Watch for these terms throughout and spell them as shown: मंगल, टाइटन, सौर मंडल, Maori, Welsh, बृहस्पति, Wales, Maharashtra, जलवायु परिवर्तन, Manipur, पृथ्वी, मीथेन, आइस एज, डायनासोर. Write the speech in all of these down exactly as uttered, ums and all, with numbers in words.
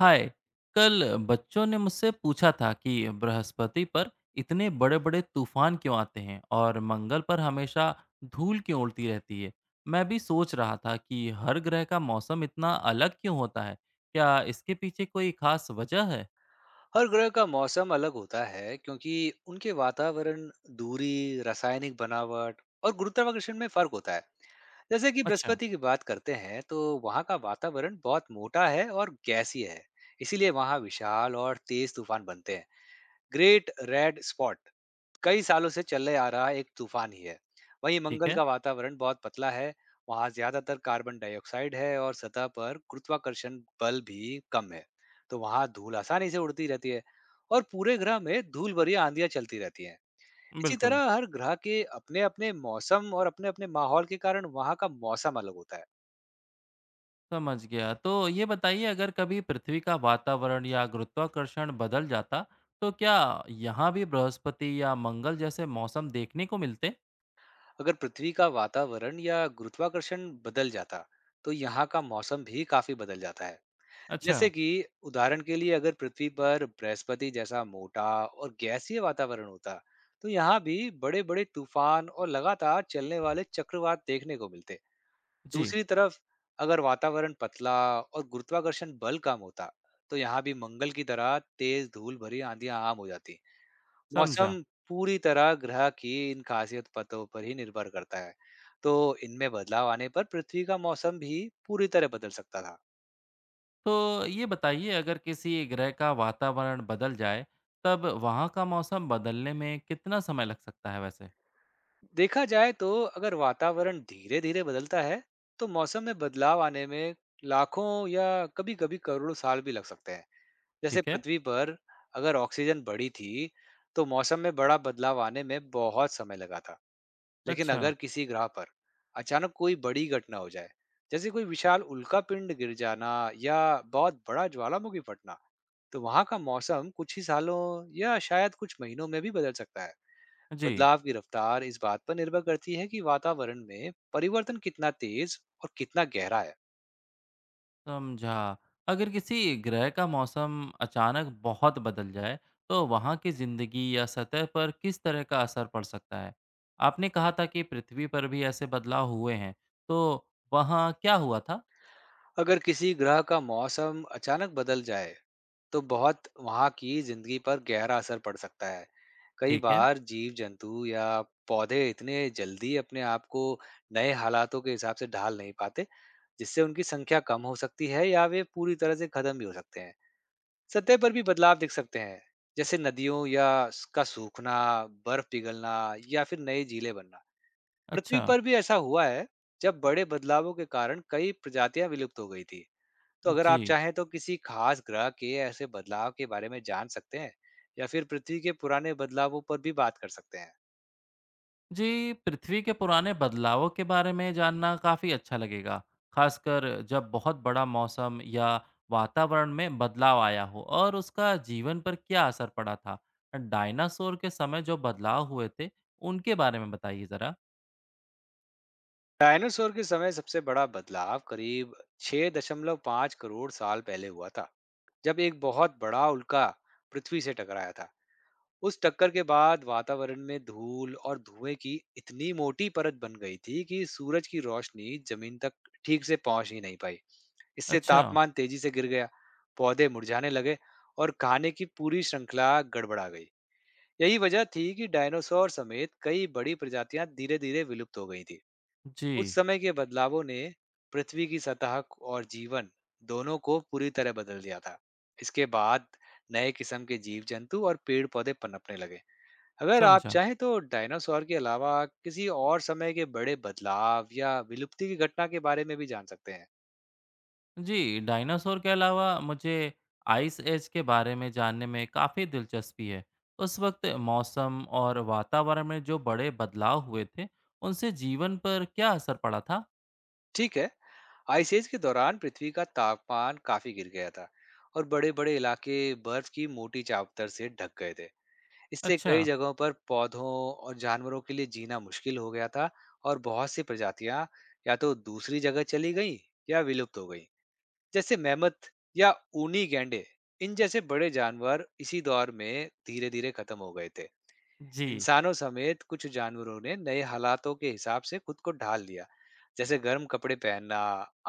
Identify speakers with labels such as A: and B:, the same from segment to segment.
A: हाय। कल बच्चों ने मुझसे पूछा था कि बृहस्पति पर इतने बड़े बड़े तूफान क्यों आते हैं और मंगल पर हमेशा धूल क्यों उड़ती रहती है। मैं भी सोच रहा था कि हर ग्रह का मौसम इतना अलग क्यों होता है। क्या इसके पीछे कोई खास वजह है?
B: हर ग्रह का मौसम अलग होता है क्योंकि उनके वातावरण, दूरी, रासायनिक बनावट और गुरुत्वाकर्षण में फर्क होता है। जैसे कि
A: अच्छा।
B: बृहस्पति की बात करते हैं तो वहाँ का वातावरण बहुत मोटा है और गैसीय है। इसीलिए वहाँ विशाल और तेज तूफान बनते हैं। ग्रेट रेड स्पॉट कई सालों से चले आ रहा एक तूफान ही है। वहीं
A: ठीक
B: मंगल
A: है।
B: का वातावरण बहुत पतला है। वहां ज्यादातर कार्बन डाइऑक्साइड है और सतह पर गुरुत्वाकर्षण बल भी कम है, तो वहां धूल आसानी से उड़ती रहती है और पूरे ग्रह में धूल भरी आंधियां चलती रहती हैं। इसी
A: बिल्कुल।
B: तरह हर ग्रह के अपने अपने मौसम और अपने अपने माहौल के कारण वहां का मौसम अलग होता है।
A: समझ गया। तो ये बताइए, अगर कभी पृथ्वी का वातावरण या गुरुत्वाकर्षण बदल जाता तो क्या यहाँ भी बृहस्पति या मंगल जैसे मौसम देखने को मिलते?
B: अगर पृथ्वी का वातावरण या गुरुत्वाकर्षण बदल जाता तो यहाँ का मौसम भी काफी बदल जाता है।
A: अच्छा।
B: जैसे कि उदाहरण के लिए अगर पृथ्वी पर बृहस्पति जैसा मोटा और गैसीय वातावरण होता तो यहाँ भी बड़े बड़े तूफान और लगातार चलने वाले चक्रवात देखने को मिलते।
A: जी।
B: दूसरी तरफ अगर वातावरण पतला और गुरुत्वाकर्षण बल कम होता तो यहाँ भी मंगल की तरह तेज धूल भरी आंधियां आम हो जाती। मौसम
A: समझा।
B: पूरी तरह ग्रह की इन खासियत पतों पर ही निर्भर करता है, तो इनमें बदलाव आने पर पृथ्वी का मौसम भी पूरी तरह बदल सकता था।
A: तो ये बताइए, अगर किसी ग्रह का वातावरण बदल जाए, तब वहाँ का मौसम बदलने में कितना समय लग सकता है वैसे?
B: देखा जाए तो अगर वातावरण धीरे धीरे बदलता है तो मौसम में बदलाव आने में लाखों या कभी कभी करोड़ों साल भी लग सकते हैं। जैसे
A: ठीक है।
B: पृथ्वी पर अगर ऑक्सीजन बढ़ी थी तो मौसम में बड़ा बदलाव आने में बहुत समय लगा था। लेकिन
A: अच्छा।
B: अगर किसी ग्रह पर अचानक कोई बड़ी घटना हो जाए, जैसे कोई विशाल उल्का पिंड गिर जाना या बहुत बड़ा ज्वालामुखी फटना, तो वहां का मौसम कुछ ही सालों या शायद कुछ महीनों में भी बदल सकता है।
A: जी।
B: बदलाव की रफ्तार इस बात पर निर्भर करती है कि वातावरण में परिवर्तन कितना तेज और कितना गहरा है।
A: समझा। अगर किसी ग्रह का मौसम अचानक बहुत बदल जाए, तो वहाँ की ज़िंदगी या सतह पर किस तरह का असर पड़ सकता है? आपने कहा था कि पृथ्वी पर भी ऐसे बदलाव हुए हैं, तो वहाँ क्या हुआ था?
B: अगर किसी ग्रह का मौसम अचानक बदल जाए तो बहुत वहां की जिंदगी पर गहरा असर पड़ सकता है। कई
A: ठीक है।
B: बार जीव जंतु या पौधे इतने जल्दी अपने आप को नए हालातों के हिसाब से ढाल नहीं पाते, जिससे उनकी संख्या कम हो सकती है या वे पूरी तरह से खत्म भी हो सकते हैं। सतह पर भी बदलाव दिख सकते हैं, जैसे नदियों या स- का सूखना, बर्फ पिघलना या फिर नई झीलें बनना। पृथ्वी
A: अच्छा।
B: पर भी ऐसा हुआ है, जब बड़े बदलावों के कारण कई प्रजातियां विलुप्त हो गई थी। तो अगर
A: जी।
B: आप चाहें तो किसी खास ग्रह के ऐसे बदलाव के बारे में जान सकते हैं, या फिर पृथ्वी के पुराने बदलावों पर भी बात कर सकते हैं।
A: जी, पृथ्वी के पुराने बदलावों के बारे में जानना काफ़ी अच्छा लगेगा, खासकर जब बहुत बड़ा मौसम या वातावरण में बदलाव आया हो और उसका जीवन पर क्या असर पड़ा था। डायनासोर के समय जो बदलाव हुए थे, उनके बारे में बताइए ज़रा।
B: डायनासोर के समय सबसे बड़ा बदलाव करीब छह दशमलव पाँच करोड़ साल पहले हुआ था, जब एक बहुत बड़ा उल्का पृथ्वी से टकराया था। उस टक्कर के बाद वातावरण में धूल और धुएं की इतनी मोटी परत बन गई थी कि सूरज की रोशनी जमीन तक ठीक से पहुंच ही नहीं पाई। इससे
A: अच्छा।
B: तापमान तेजी से गिर गया, पौधे मुरझाने लगे और खाने की पूरी श्रृंखला गड़बड़ा गई। यही वजह थी कि डायनासोर समेत कई बड़ी प्रजातियां धीरे धीरे विलुप्त हो गई थी। उस
A: जी।
B: समय के बदलावों ने पृथ्वी की सतह को- और जीवन दोनों को पूरी तरह बदल दिया था। इसके बाद नए किस्म के जीव जंतु और पेड़ पौधे पनपने लगे। अगर आप
A: समझा।
B: चाहें तो डायनासोर के अलावा किसी और समय के बड़े बदलाव या विलुप्ति की घटना के बारे में भी जान सकते हैं।
A: जी, डायनासोर के अलावा मुझे आइस एज के बारे में जानने में काफ़ी दिलचस्पी है। उस वक्त मौसम और वातावरण में जो बड़े बदलाव हुए थे, उनसे जीवन पर क्या असर पड़ा था?
B: ठीक है। आइस एज के दौरान पृथ्वी का तापमान काफी गिर गया था और बड़े बड़े इलाके बर्फ की मोटी चावतर से ढक गए थे। इससे
A: अच्छा।
B: कई जगहों पर पौधों और जानवरों के लिए जीना मुश्किल हो गया था, और बहुत सी प्रजातियां या तो दूसरी जगह चली गईं या विलुप्त हो गईं। जैसे मेमथ या ऊनी गैंडे, इन जैसे बड़े जानवर इसी दौर में धीरे धीरे खत्म हो गए थे।
A: जी।
B: इंसानों समेत कुछ जानवरों ने नए हालातों के हिसाब से खुद को ढाल लिया, जैसे गर्म कपड़े पहनना,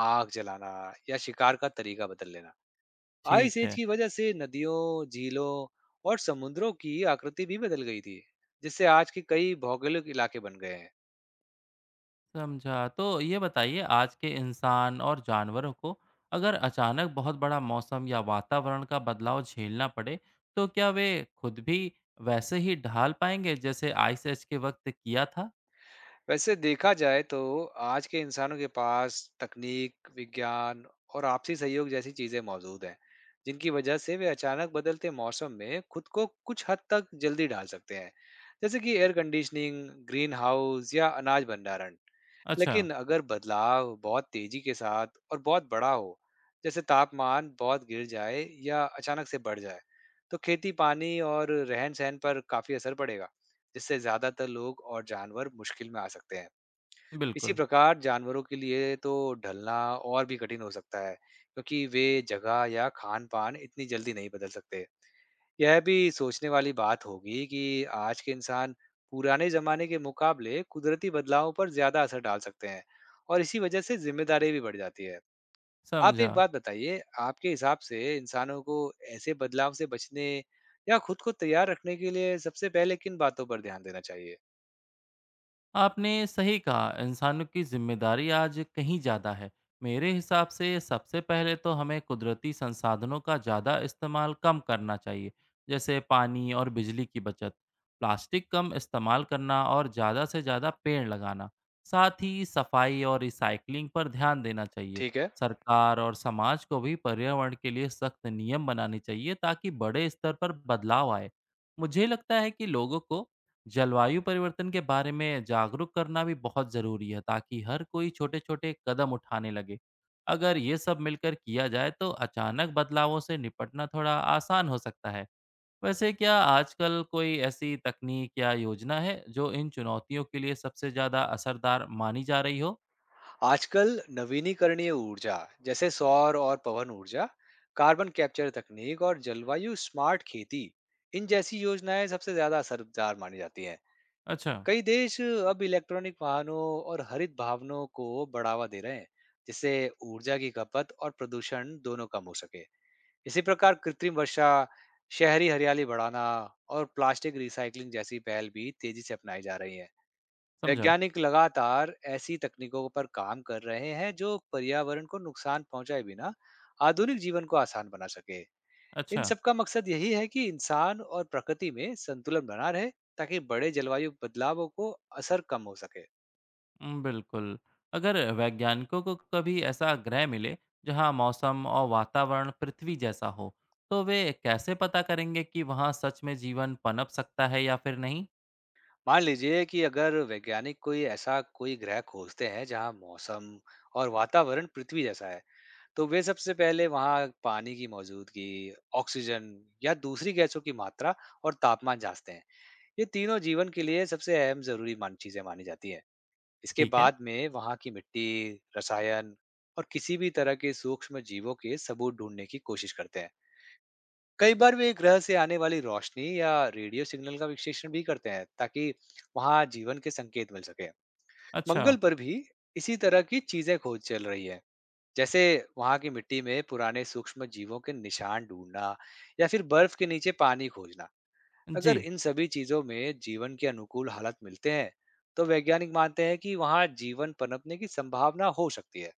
B: आग जलाना या शिकार का तरीका बदल लेना।
A: ठीक
B: आइस एज
A: है।
B: की वजह से नदियों, झीलों और समुद्रों की आकृति भी बदल गई थी, जिससे आज के कई भौगोलिक इलाके बन गए हैं।
A: समझा। तो ये बताइए, आज के इंसान और जानवरों को अगर अचानक बहुत बड़ा मौसम या वातावरण का बदलाव झेलना पड़े, तो क्या वे खुद भी वैसे ही ढाल पाएँगे, जैसे आइस एज के वक्त किया था?
B: वैसे देखा जाए तो आज के इंसानों के पास तकनीक, विज्ञान और आपसी सहयोग जैसी चीजें मौजूद हैं, जिनकी वजह से वे अचानक बदलते मौसम में खुद को कुछ हद तक जल्दी ढाल सकते हैं, जैसे कि एयर कंडीशनिंग, ग्रीन हाउस या अनाज भंडारण।
A: अच्छा।
B: लेकिन अगर बदलाव बहुत तेजी के साथ और बहुत बड़ा हो, जैसे तापमान बहुत गिर जाए या अचानक से बढ़ जाए, तो खेती, पानी और रहन-सहन पर काफी असर पड़ेगा, जिससे ज्यादातर लोग और जानवर मुश्किल में आ सकते हैं। इसी
A: बिल्कुल।
B: प्रकार जानवरों के लिए तो ढलना और भी कठिन हो सकता है, क्योंकि वे जगह या खान पान इतनी जल्दी नहीं बदल सकते। यह भी सोचने वाली बात होगी कि आज के इंसान पुराने जमाने के मुकाबले कुदरती बदलावों पर ज्यादा असर डाल सकते हैं, और इसी वजह से जिम्मेदारी भी बढ़ जाती है। आप
A: समझा।
B: एक बात बताइए, आपके हिसाब से इंसानों को ऐसे बदलाव से बचने या खुद को तैयार रखने के लिए सबसे पहले किन बातों पर ध्यान देना चाहिए?
A: आपने सही कहा, इंसानों की जिम्मेदारी आज कहीं ज़्यादा है। मेरे हिसाब से सबसे पहले तो हमें कुदरती संसाधनों का ज़्यादा इस्तेमाल कम करना चाहिए, जैसे पानी और बिजली की बचत, प्लास्टिक कम इस्तेमाल करना और ज़्यादा से ज़्यादा पेड़ लगाना। साथ ही सफाई और रिसाइकलिंग पर ध्यान देना चाहिए।
B: ठीक है।
A: सरकार और समाज को भी पर्यावरण के लिए सख्त नियम बनाने चाहिए ताकि बड़े स्तर पर बदलाव आए। मुझे लगता है कि लोगों को जलवायु परिवर्तन के बारे में जागरूक करना भी बहुत ज़रूरी है, ताकि हर कोई छोटे छोटे कदम उठाने लगे। अगर ये सब मिलकर किया जाए तो अचानक बदलावों से निपटना थोड़ा आसान हो सकता है। वैसे, क्या आजकल कोई ऐसी तकनीक या योजना है जो इन चुनौतियों के लिए सबसे ज़्यादा असरदार मानी जा रही हो?
B: आजकल नवीनीकरणीय ऊर्जा, जैसे सौर और पवन ऊर्जा, कार्बन कैप्चर तकनीक और जलवायु स्मार्ट खेती, इन जैसी योजनाएं सबसे ज्यादा असरदार मानी जाती हैं।
A: अच्छा।
B: कई देश अब इलेक्ट्रॉनिक वाहनों और हरित भावनों को बढ़ावा दे रहे हैं, जिससे ऊर्जा की खपत और प्रदूषण दोनों कम हो सके। इसी प्रकार कृत्रिम वर्षा, शहरी हरियाली बढ़ाना और प्लास्टिक रिसाइकलिंग जैसी पहल भी तेजी से अपनाई जा रही है।
A: समझा।
B: वैज्ञानिक लगातार ऐसी तकनीकों पर काम कर रहे हैं जो पर्यावरण को नुकसान पहुंचाए बिना आधुनिक जीवन को आसान बना सके। इन
A: अच्छा।
B: सब का मकसद यही है कि इंसान और प्रकृति में संतुलन बना रहे, ताकि बड़े जलवायु बदलावों को असर कम हो सके।
A: उम, बिल्कुल। अगर वैज्ञानिकों को कभी ऐसा ग्रह मिले जहाँ मौसम और वातावरण पृथ्वी जैसा हो, तो वे कैसे पता करेंगे कि वहाँ सच में जीवन पनप सकता है या फिर नहीं?
B: मान लीजिए कि अगर वैज्ञानिक कोई ऐसा कोई ग्रह खोजते हैं जहां मौसम और वातावरण पृथ्वी जैसा है, तो वे सबसे पहले वहां पानी की मौजूदगी, ऑक्सीजन या दूसरी गैसों की मात्रा और तापमान जांचते हैं। ये तीनों जीवन के लिए सबसे अहम जरूरी मान चीजें मानी जाती हैं। इसके
A: ठीक है।
B: बाद में वहाँ की मिट्टी, रसायन और किसी भी तरह के सूक्ष्म जीवों के सबूत ढूंढने की कोशिश करते हैं। कई बार वे ग्रह से आने वाली रोशनी या रेडियो सिग्नल का विश्लेषण भी करते हैं, ताकि वहाँ जीवन के संकेत मिल सके।
A: अच्छा।
B: मंगल पर भी इसी तरह की चीजें खोज चल रही है, जैसे वहाँ की मिट्टी में पुराने सूक्ष्म जीवों के निशान ढूंढना या फिर बर्फ के नीचे पानी खोजना। अगर
A: जी।
B: इन सभी चीजों में जीवन के अनुकूल हालत मिलते हैं तो वैज्ञानिक मानते हैं कि वहाँ जीवन पनपने की संभावना हो सकती है।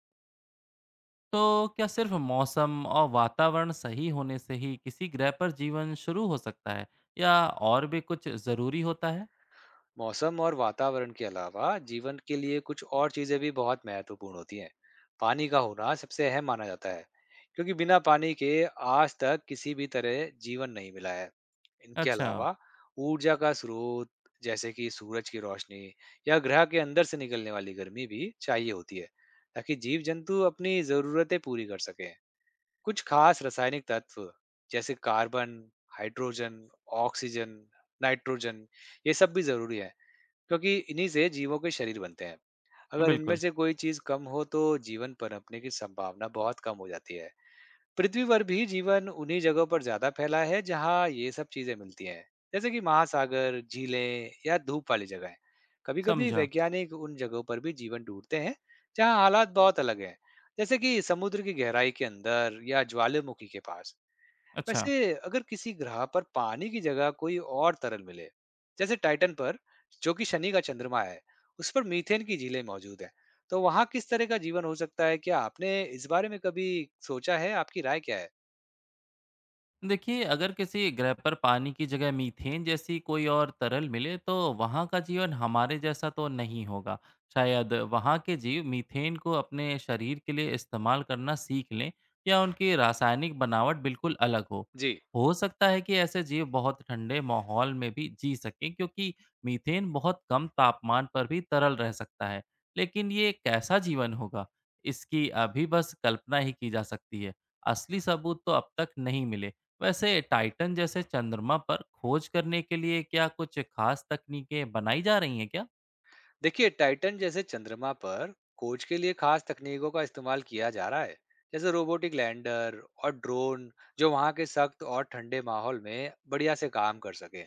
A: तो क्या सिर्फ मौसम और वातावरण सही होने से ही किसी ग्रह पर जीवन शुरू हो सकता है, या और भी कुछ ज़रूरी होता है?
B: मौसम और वातावरण के अलावा जीवन के लिए कुछ और चीजें भी बहुत महत्वपूर्ण होती हैं। पानी का होना सबसे अहम माना जाता है, क्योंकि बिना पानी के आज तक किसी भी तरह जीवन नहीं मिला है। इनके
A: अच्छा।
B: अलावा ऊर्जा का स्रोत, जैसे कि सूरज की रोशनी या ग्रह के अंदर से निकलने वाली गर्मी भी चाहिए होती है, ताकि जीव जंतु अपनी जरूरतें पूरी कर सकें। कुछ खास रासायनिक तत्व, जैसे कार्बन, हाइड्रोजन, ऑक्सीजन, नाइट्रोजन, ये सब भी जरूरी है, क्योंकि इन्हीं से जीवों के शरीर बनते हैं। अगर इनमें
A: बिल्कुल।
B: से कोई चीज कम हो तो जीवन पनपने की संभावना बहुत कम हो जाती है। पृथ्वी पर भी जीवन उन्हीं जगहों पर ज्यादा फैला है जहाँ ये सब चीजें मिलती हैं, जैसे कि महासागर, झीलें या धूप वाली जगह। कभी कभी
A: समझा।
B: वैज्ञानिक उन जगहों पर भी जीवन ढूंढते हैं जहाँ हालात बहुत अलग हैं, जैसे कि समुद्र की गहराई के अंदर या ज्वालामुखी के पास।
A: अच्छा।
B: वैसे अगर किसी ग्रह पर पानी की जगह कोई और तरल मिले, जैसे टाइटन पर, जो कि शनि का चंद्रमा है, उस पर मीथेन की झीलें मौजूद हैं, तो वहाँ किस तरह का जीवन हो सकता है? क्या आपने इस बारे में कभी सोचा है? आपकी राय क्या है?
A: देखिए, अगर किसी ग्रह पर पानी की जगह मीथेन जैसी कोई और तरल मिले तो वहाँ का जीवन हमारे जैसा तो नहीं होगा। शायद वहाँ के जीव मीथेन को अपने शरीर के लिए इस्तेमाल करना सीख लें, या उनकी रासायनिक बनावट बिल्कुल अलग हो।
B: जी।
A: हो सकता है कि ऐसे जीव बहुत ठंडे माहौल में भी जी सकें, क्योंकि मीथेन बहुत कम तापमान पर भी तरल रह सकता है। लेकिन ये कैसा जीवन होगा, इसकी अभी बस कल्पना ही की जा सकती है। असली सबूत तो अब तक नहीं मिले। वैसे, टाइटन जैसे चंद्रमा पर खोज करने के लिए क्या कुछ खास तकनीकें बनाई जा रही हैं क्या?
B: देखिए टाइटन जैसे चंद्रमा पर खोज के लिए खास तकनीकों का इस्तेमाल किया जा रहा है, जैसे रोबोटिक लैंडर और ड्रोन, जो वहां के सख्त और ठंडे माहौल में बढ़िया से काम कर सके।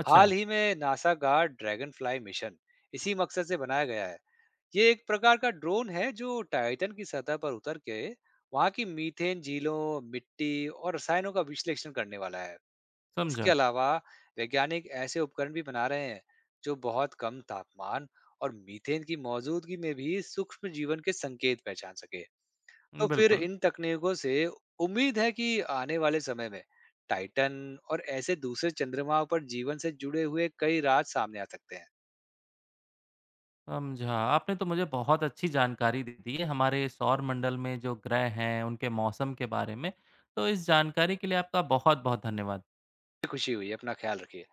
A: अच्छा।
B: हाल ही में नासा का ड्रैगन फ्लाई मिशन इसी मकसद से बनाया गया है। ये एक प्रकार का ड्रोन है जो टाइटन की सतह पर उतर के वहां की मीथेन झीलों, मिट्टी और रसायनों का विश्लेषण करने वाला है। इसके
A: समझा।
B: अलावा वैज्ञानिक ऐसे उपकरण भी बना रहे हैं जो बहुत कम तापमान और मीथेन की मौजूदगी में भी सूक्ष्म जीवन के संकेत पहचान सके। तो फिर
A: बिल्कुल।
B: इन तकनीकों से उम्मीद है कि आने वाले समय में टाइटन और ऐसे दूसरे चंद्रमा पर जीवन से जुड़े हुए कई राज सामने आ सकते हैं।
A: समझा। आपने तो मुझे बहुत अच्छी जानकारी दे दी है हमारे सौर मंडल में जो ग्रह हैं, उनके मौसम के बारे में। तो इस जानकारी के लिए आपका बहुत-बहुत धन्यवाद।
B: खुशी हुई, अपना ख्याल रखिए।